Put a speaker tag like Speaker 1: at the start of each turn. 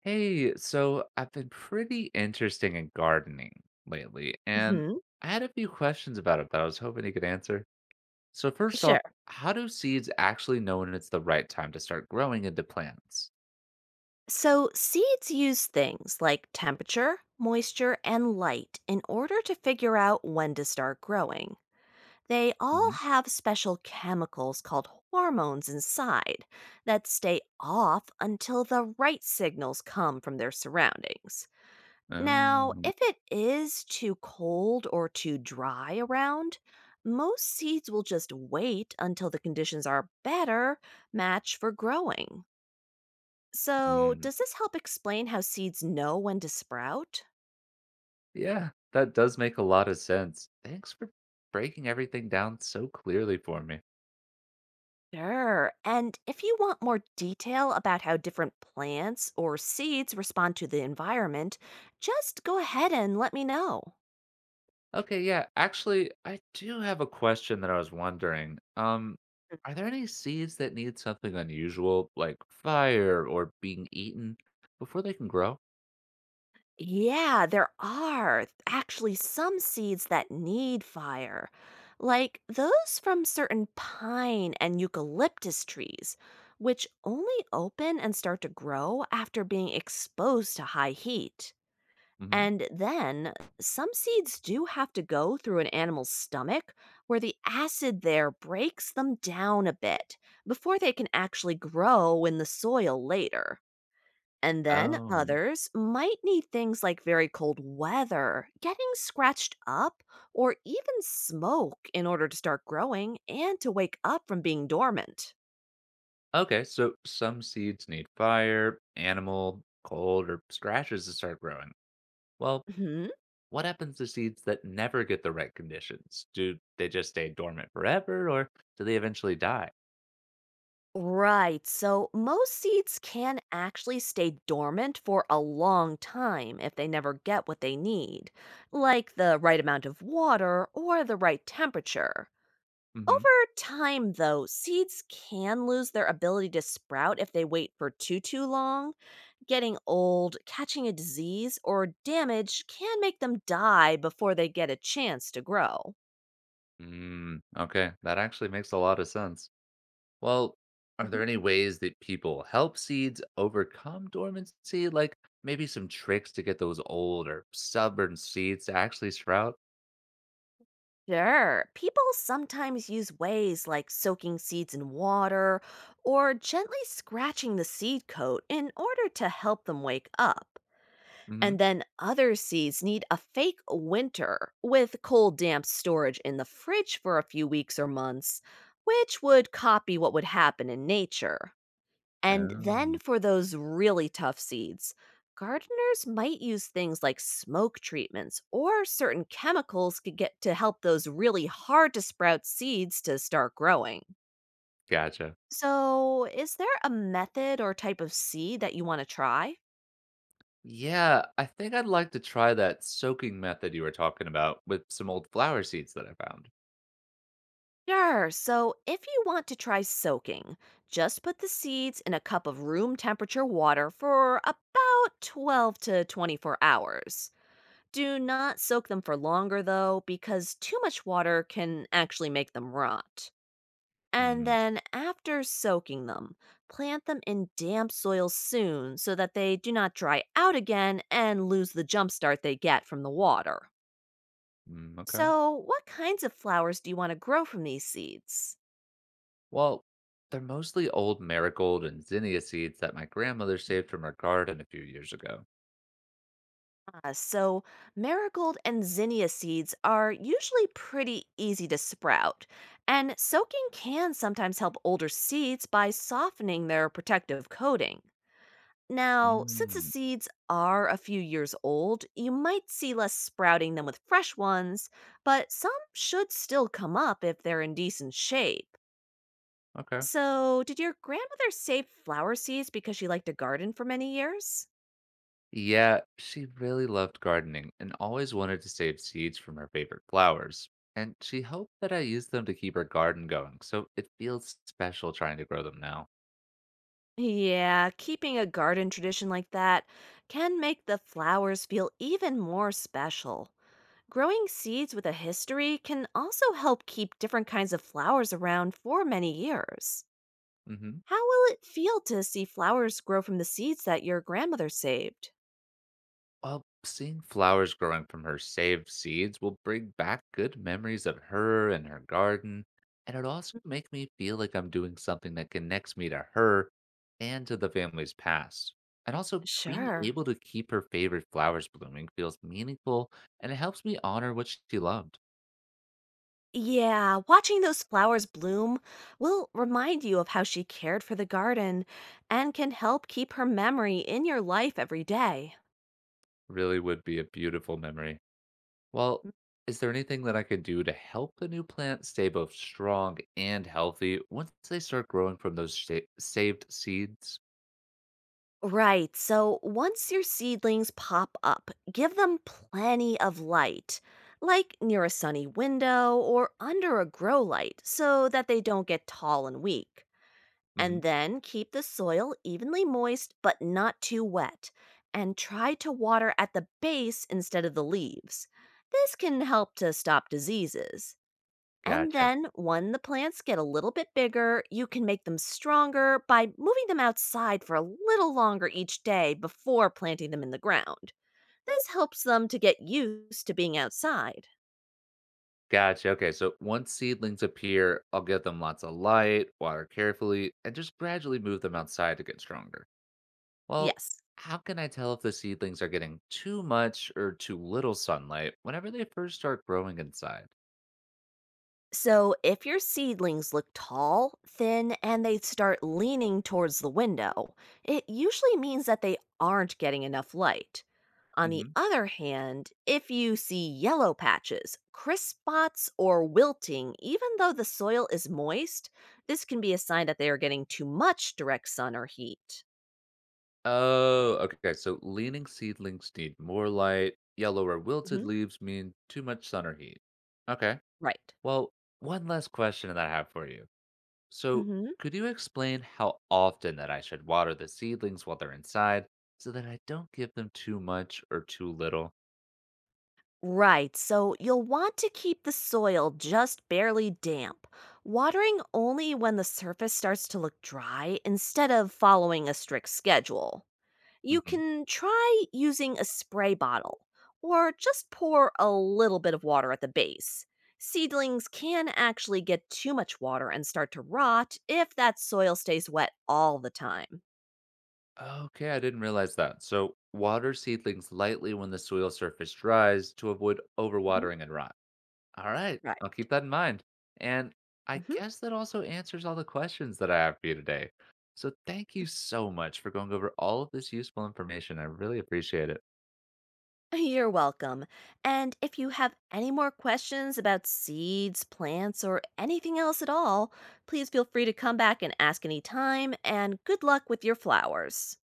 Speaker 1: Hey, so I've been pretty interesting in gardening lately, and
Speaker 2: Hmm.
Speaker 1: I had a few questions about it that I was hoping you could answer. So first
Speaker 2: Sure.
Speaker 1: off, how do seeds actually know when it's the right time to start growing into plants?
Speaker 2: So, seeds use things like temperature, moisture, and light in order to figure out when to start growing. They all
Speaker 1: Mhm.
Speaker 2: have special chemicals called hormones inside that stay off until the right signals come from their surroundings. Now,
Speaker 1: Oh,
Speaker 2: if it is too cold or too dry around, most seeds will just wait until the conditions are better match for growing. So,
Speaker 1: mm,
Speaker 2: does this help explain how seeds know when to sprout?
Speaker 1: yeah, that does make a lot of sense. Thanks for breaking everything down so clearly for me.
Speaker 2: Sure. And if you want more detail about how different plants or seeds respond to the environment, just go ahead and let me know.
Speaker 1: Okay, yeah. Actually, I do have a question that I was wondering. Are there any seeds that need something unusual, like fire or being eaten, before they can grow?
Speaker 2: Yeah, there are actually some seeds that need fire, like those from certain pine and eucalyptus trees, which only open and start to grow after being exposed to high heat.
Speaker 1: Hmm.
Speaker 2: And then some seeds do have to go through an animal's stomach where the acid there breaks them down a bit before they can actually grow in the soil later. And then
Speaker 1: Oh,
Speaker 2: others might need things like very cold weather, getting scratched up, or even smoke in order to start growing and to wake up from being dormant.
Speaker 1: okay. So some seeds need fire, animal, cold, or scratches to start growing. Well,
Speaker 2: Hmm.
Speaker 1: what happens to seeds that never get the right conditions? Do they just stay dormant forever, or do they eventually die?
Speaker 2: Right. So most seeds can actually stay dormant for a long time if they never get what they need, like the right amount of water or the right temperature.
Speaker 1: Hmm.
Speaker 2: Over time, though, seeds can lose their ability to sprout if they wait for too long. Getting old, catching a disease, or damage can make them die before they get a chance to grow.
Speaker 1: Mm, okay, that actually makes a lot of sense. Well, are there any ways that people help seeds overcome dormancy? Like maybe some tricks to get those old or stubborn seeds to actually sprout?
Speaker 2: Sure. People sometimes use ways like soaking seeds in water or gently scratching the seed coat in order to help them wake up.
Speaker 1: Hmm.
Speaker 2: And then other seeds need a fake winter with cold, damp storage in the fridge for a few weeks or months, which would copy what would happen in nature. And then
Speaker 1: Oh,
Speaker 2: for those really tough seeds, gardeners might use things like smoke treatments or certain chemicals could get to help those really hard to sprout seeds to start growing.
Speaker 1: gotcha.
Speaker 2: So, is there a method or type of seed that you want to try?
Speaker 1: Yeah, I think I'd like to try that soaking method you were talking about with some old flower seeds that I found.
Speaker 2: Sure. So, if you want to try soaking, just put the seeds in a cup of room temperature water for about 12 to 24 hours. Do not soak them for longer, though, because too much water can actually make them rot. And
Speaker 1: Mm.
Speaker 2: then, after soaking them, plant them in damp soil soon so that they do not dry out again and lose the jump start they get from the water.
Speaker 1: Mm, okay.
Speaker 2: So, what kinds of flowers do you want to grow from these seeds?
Speaker 1: Well, they're mostly old marigold and zinnia seeds that my grandmother saved from her garden a few years ago.
Speaker 2: So, marigold and zinnia seeds are usually pretty easy to sprout, and soaking can sometimes help older seeds by softening their protective coating. Now, since the
Speaker 1: Mm,
Speaker 2: seeds are a few years old, you might see less sprouting than with fresh ones, but some should still come up if they're in decent shape.
Speaker 1: okay.
Speaker 2: So, did your grandmother save flower seeds because she liked to garden for many years?
Speaker 1: Yeah, she really loved gardening and always wanted to save seeds from her favorite flowers. And she hoped that I used them to keep her garden going, so it feels special trying to grow them now.
Speaker 2: Yeah, keeping a garden tradition like that can make the flowers feel even more special. Growing seeds with a history can also help keep different kinds of flowers around for many years.
Speaker 1: Hmm.
Speaker 2: How will it feel to see flowers grow from the seeds that your grandmother saved?
Speaker 1: Well, seeing flowers growing from her saved seeds will bring back good memories of her and her garden, and it also make me feel like I'm doing something that connects me to her and to the family's past. And also being
Speaker 2: Sure.
Speaker 1: able to keep her favorite flowers blooming feels meaningful and it helps me honor what she loved.
Speaker 2: Yeah, watching those flowers bloom will remind you of how she cared for the garden and can help keep her memory in your life every day.
Speaker 1: Really would be a beautiful memory. Well, is there anything that I could do to help the new plant stay both strong and healthy once they start growing from those saved seeds?
Speaker 2: Right. So once your seedlings pop up, give them plenty of light, like near a sunny window or under a grow light, so that they don't get tall and weak. And
Speaker 1: Mhm.
Speaker 2: then keep the soil evenly moist but not too wet, and try to water at the base instead of the leaves. This can help to stop diseases. And
Speaker 1: Gotcha.
Speaker 2: then, when the plants get a little bit bigger, you can make them stronger by moving them outside for a little longer each day before planting them in the ground. This helps them to get used to being outside.
Speaker 1: Gotcha, okay, so once seedlings appear, I'll give them lots of light, water carefully, and just gradually move them outside to get stronger. Well,
Speaker 2: Yes.
Speaker 1: how can I tell if the seedlings are getting too much or too little sunlight whenever they first start growing inside?
Speaker 2: So, if your seedlings look tall, thin, and they start leaning towards the window, it usually means that they aren't getting enough light. On the
Speaker 1: Hmm.
Speaker 2: other hand, if you see yellow patches, crisp spots, or wilting, even though the soil is moist, this can be a sign that they are getting too much direct sun or heat.
Speaker 1: Oh, okay. So leaning seedlings need more light. Yellow or wilted
Speaker 2: Hmm.
Speaker 1: leaves mean too much sun or heat. Okay.
Speaker 2: Right.
Speaker 1: Well, one last question that I have for you. So,
Speaker 2: Mhm.
Speaker 1: could you explain how often that I should water the seedlings while they're inside so that I don't give them too much or too little?
Speaker 2: Right, so you'll want to keep the soil just barely damp, watering only when the surface starts to look dry instead of following a strict schedule. You
Speaker 1: Hmm.
Speaker 2: can try using a spray bottle or just pour a little bit of water at the base. Seedlings can actually get too much water and start to rot if that soil stays wet all the time.
Speaker 1: Okay, I didn't realize that. So, water seedlings lightly when the soil surface dries to avoid
Speaker 2: Mhm.
Speaker 1: overwatering and rot. All right, I'll
Speaker 2: Right.
Speaker 1: keep that in mind. And I
Speaker 2: Mm-hmm.
Speaker 1: guess that also answers all the questions that I have for you today. So, thank you so much for going over all of this useful information. I really appreciate it.
Speaker 2: You're welcome. And if you have any more questions about seeds, plants, or anything else at all, please feel free to come back and ask anytime. And good luck with your flowers.